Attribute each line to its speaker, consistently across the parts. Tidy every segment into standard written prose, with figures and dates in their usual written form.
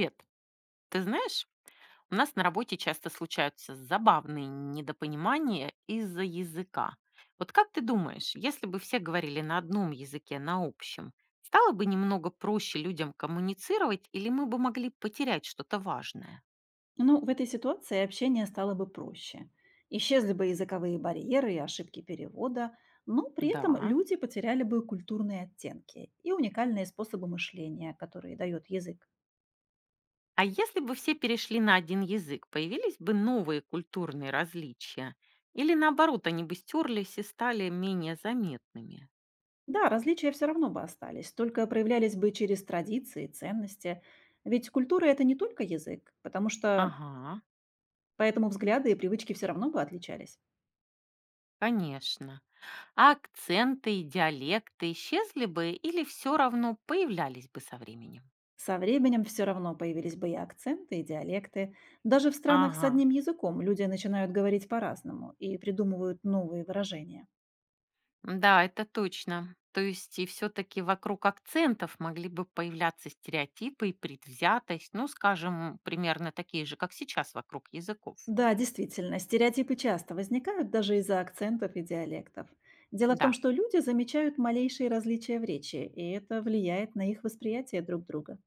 Speaker 1: Привет. Ты знаешь, у нас на работе часто случаются забавные недопонимания из-за языка. Вот как ты думаешь, если бы все говорили на одном языке, на общем, стало бы немного проще людям коммуницировать или мы бы могли потерять что-то важное?
Speaker 2: Ну, в этой ситуации общение стало бы проще. Исчезли бы языковые барьеры и ошибки перевода, но при этом
Speaker 1: Да.
Speaker 2: люди потеряли бы культурные оттенки и уникальные способы мышления, которые дает язык.
Speaker 1: А если бы все перешли на один язык, появились бы новые культурные различия? Или наоборот, они бы стерлись и стали менее заметными?
Speaker 2: Да, различия все равно бы остались, только проявлялись бы через традиции, ценности. Ведь культура– это не только язык, потому что
Speaker 1: Ага,
Speaker 2: поэтому взгляды и привычки все равно бы отличались.
Speaker 1: конечно. А акценты и диалекты исчезли бы или все равно появлялись бы со временем?
Speaker 2: Со временем все равно появились бы и акценты, и диалекты. Даже в странах с
Speaker 1: Ага.
Speaker 2: одним языком люди начинают говорить по-разному и придумывают новые выражения.
Speaker 1: Да, это точно. То есть и все-таки вокруг акцентов могли бы появляться стереотипы и предвзятость, ну, скажем, примерно такие же, как сейчас вокруг языков.
Speaker 2: Да, действительно, стереотипы часто возникают даже из-за акцентов и диалектов. Дело в том,
Speaker 1: Да.
Speaker 2: что люди замечают малейшие различия в речи, и это влияет на их восприятие друг друга.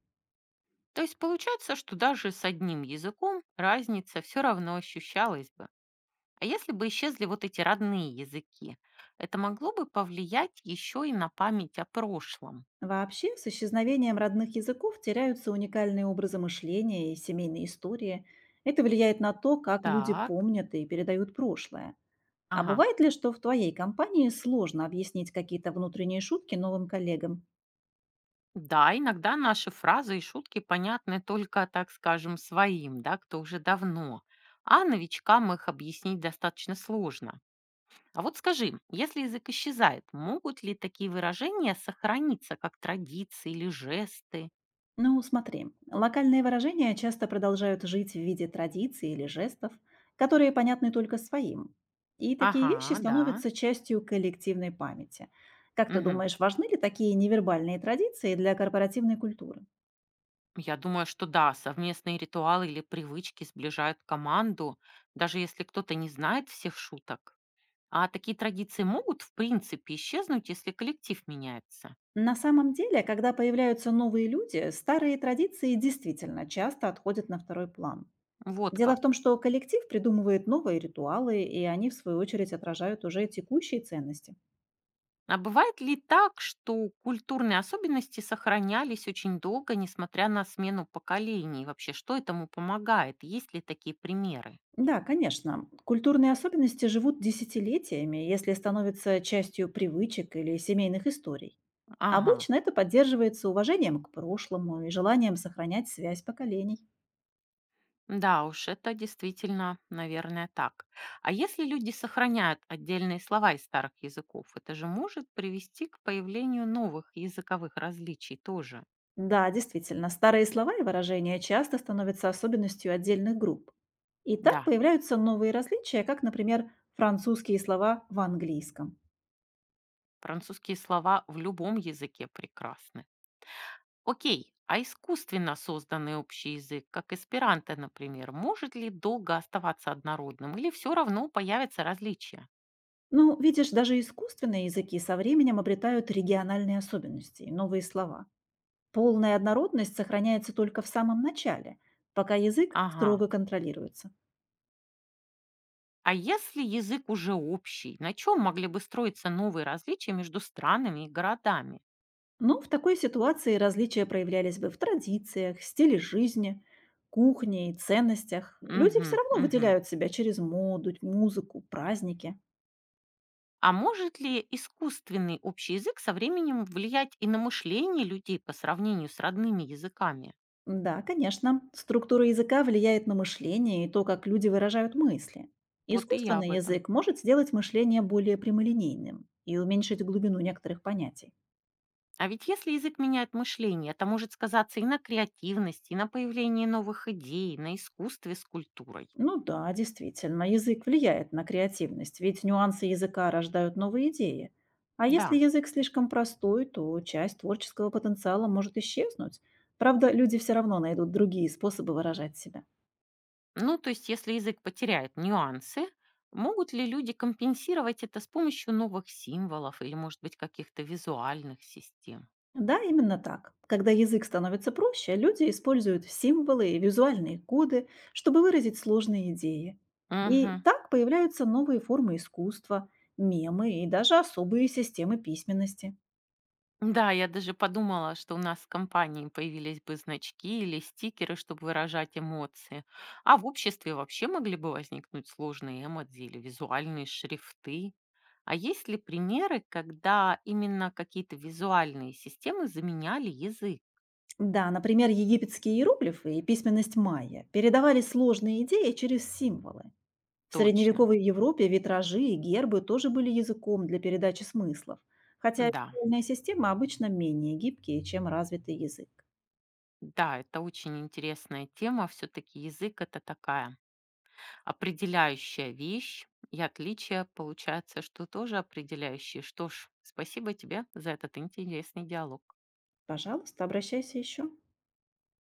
Speaker 1: То есть получается, что даже с одним языком разница все равно ощущалась бы. А если бы исчезли вот эти родные языки, это могло бы повлиять еще и на память о прошлом.
Speaker 2: Вообще, с исчезновением родных языков теряются уникальные образы мышления и семейные истории. Это влияет на то, как люди
Speaker 1: Так.
Speaker 2: помнят и передают прошлое. А
Speaker 1: Ага.
Speaker 2: бывает ли, что в твоей компании сложно объяснить какие-то внутренние шутки новым коллегам?
Speaker 1: Да, иногда наши фразы и шутки понятны только, так скажем, своим, да, кто уже давно, а новичкам их объяснить достаточно сложно. А вот скажи, если язык исчезает, могут ли такие выражения сохраниться, как традиции или жесты?
Speaker 2: Ну, смотри, локальные выражения часто продолжают жить в виде традиций или жестов, которые понятны только своим. И такие вещи
Speaker 1: Ага, да.
Speaker 2: становятся частью коллективной памяти. Как ты
Speaker 1: Мгм.
Speaker 2: думаешь, важны ли такие невербальные традиции для корпоративной культуры?
Speaker 1: Я думаю, что да, совместные ритуалы или привычки сближают команду, даже если кто-то не знает всех шуток. А такие традиции могут, в принципе, исчезнуть, если коллектив меняется?
Speaker 2: На самом деле, когда появляются новые люди, старые традиции действительно часто отходят на второй план.
Speaker 1: Вот
Speaker 2: Дело в том,
Speaker 1: как.
Speaker 2: что коллектив придумывает новые ритуалы, и они, в свою очередь, отражают уже текущие ценности.
Speaker 1: А бывает ли так, что культурные особенности сохранялись очень долго, несмотря на смену поколений? Вообще, что этому помогает? Есть ли такие примеры?
Speaker 2: Да, конечно, культурные особенности живут десятилетиями, если становятся частью привычек или семейных историй.
Speaker 1: Ага.
Speaker 2: Обычно это поддерживается уважением к прошлому и желанием сохранять связь поколений.
Speaker 1: Да уж, это действительно, наверное, так. А если люди сохраняют отдельные слова из старых языков, это же может привести к появлению новых языковых различий тоже.
Speaker 2: Да, действительно, старые слова и выражения часто становятся особенностью отдельных групп. И так
Speaker 1: Да,
Speaker 2: появляются новые различия, как, например, французские слова в английском.
Speaker 1: французские слова в любом языке прекрасны. Окей, а искусственно созданный общий язык, как эсперанто, например, может ли долго оставаться однородным или все равно появятся различия?
Speaker 2: Ну, видишь, даже искусственные языки со временем обретают региональные особенности и новые слова. Полная однородность сохраняется только в самом начале, пока язык
Speaker 1: Ага.
Speaker 2: строго контролируется.
Speaker 1: А если язык уже общий, на чем могли бы строиться новые различия между странами и городами?
Speaker 2: Но в такой ситуации различия проявлялись бы в традициях, стиле жизни, кухне и ценностях. Люди все
Speaker 1: Угу,
Speaker 2: равно
Speaker 1: угу.
Speaker 2: выделяют себя через моду, музыку, праздники.
Speaker 1: А может ли искусственный общий язык со временем влиять и на мышление людей по сравнению с родными языками?
Speaker 2: Да, конечно. Структура языка влияет на мышление и то, как люди выражают мысли.
Speaker 1: Вот и я об
Speaker 2: Искусственный
Speaker 1: этом.
Speaker 2: язык может сделать мышление более прямолинейным и уменьшить глубину некоторых понятий.
Speaker 1: А ведь если язык меняет мышление, это может сказаться и на креативности, и на появлении новых идей, и на искусстве с культурой.
Speaker 2: Ну да, действительно, язык влияет на креативность, ведь нюансы языка рождают новые идеи. А если
Speaker 1: Да.
Speaker 2: язык слишком простой, то часть творческого потенциала может исчезнуть. Правда, люди все равно найдут другие способы выражать себя.
Speaker 1: Ну, то есть, если язык потеряет нюансы, могут ли люди компенсировать это с помощью новых символов или, может быть, каких-то визуальных систем?
Speaker 2: Да, именно так. Когда язык становится проще, люди используют символы и визуальные коды, чтобы выразить сложные идеи. И
Speaker 1: Мгм.
Speaker 2: так появляются новые формы искусства, мемы и даже особые системы письменности.
Speaker 1: Да, я даже подумала, что у нас в компании появились бы значки или стикеры, чтобы выражать эмоции. А в обществе вообще могли бы возникнуть сложные эмодзи или визуальные шрифты. А есть ли примеры, когда именно какие-то визуальные системы заменяли язык?
Speaker 2: Да, например, египетские иероглифы и письменность майя передавали сложные идеи через символы. В
Speaker 1: Точно,
Speaker 2: средневековой Европе витражи и гербы тоже были языком для передачи смыслов, хотя
Speaker 1: да.
Speaker 2: визуальная система обычно менее гибкие, чем развитый язык.
Speaker 1: Да, это очень интересная тема. Все-таки язык это такая определяющая вещь, и отличие получается, что тоже определяющие. Что ж, спасибо тебе за этот интересный диалог.
Speaker 2: Пожалуйста, обращайся еще.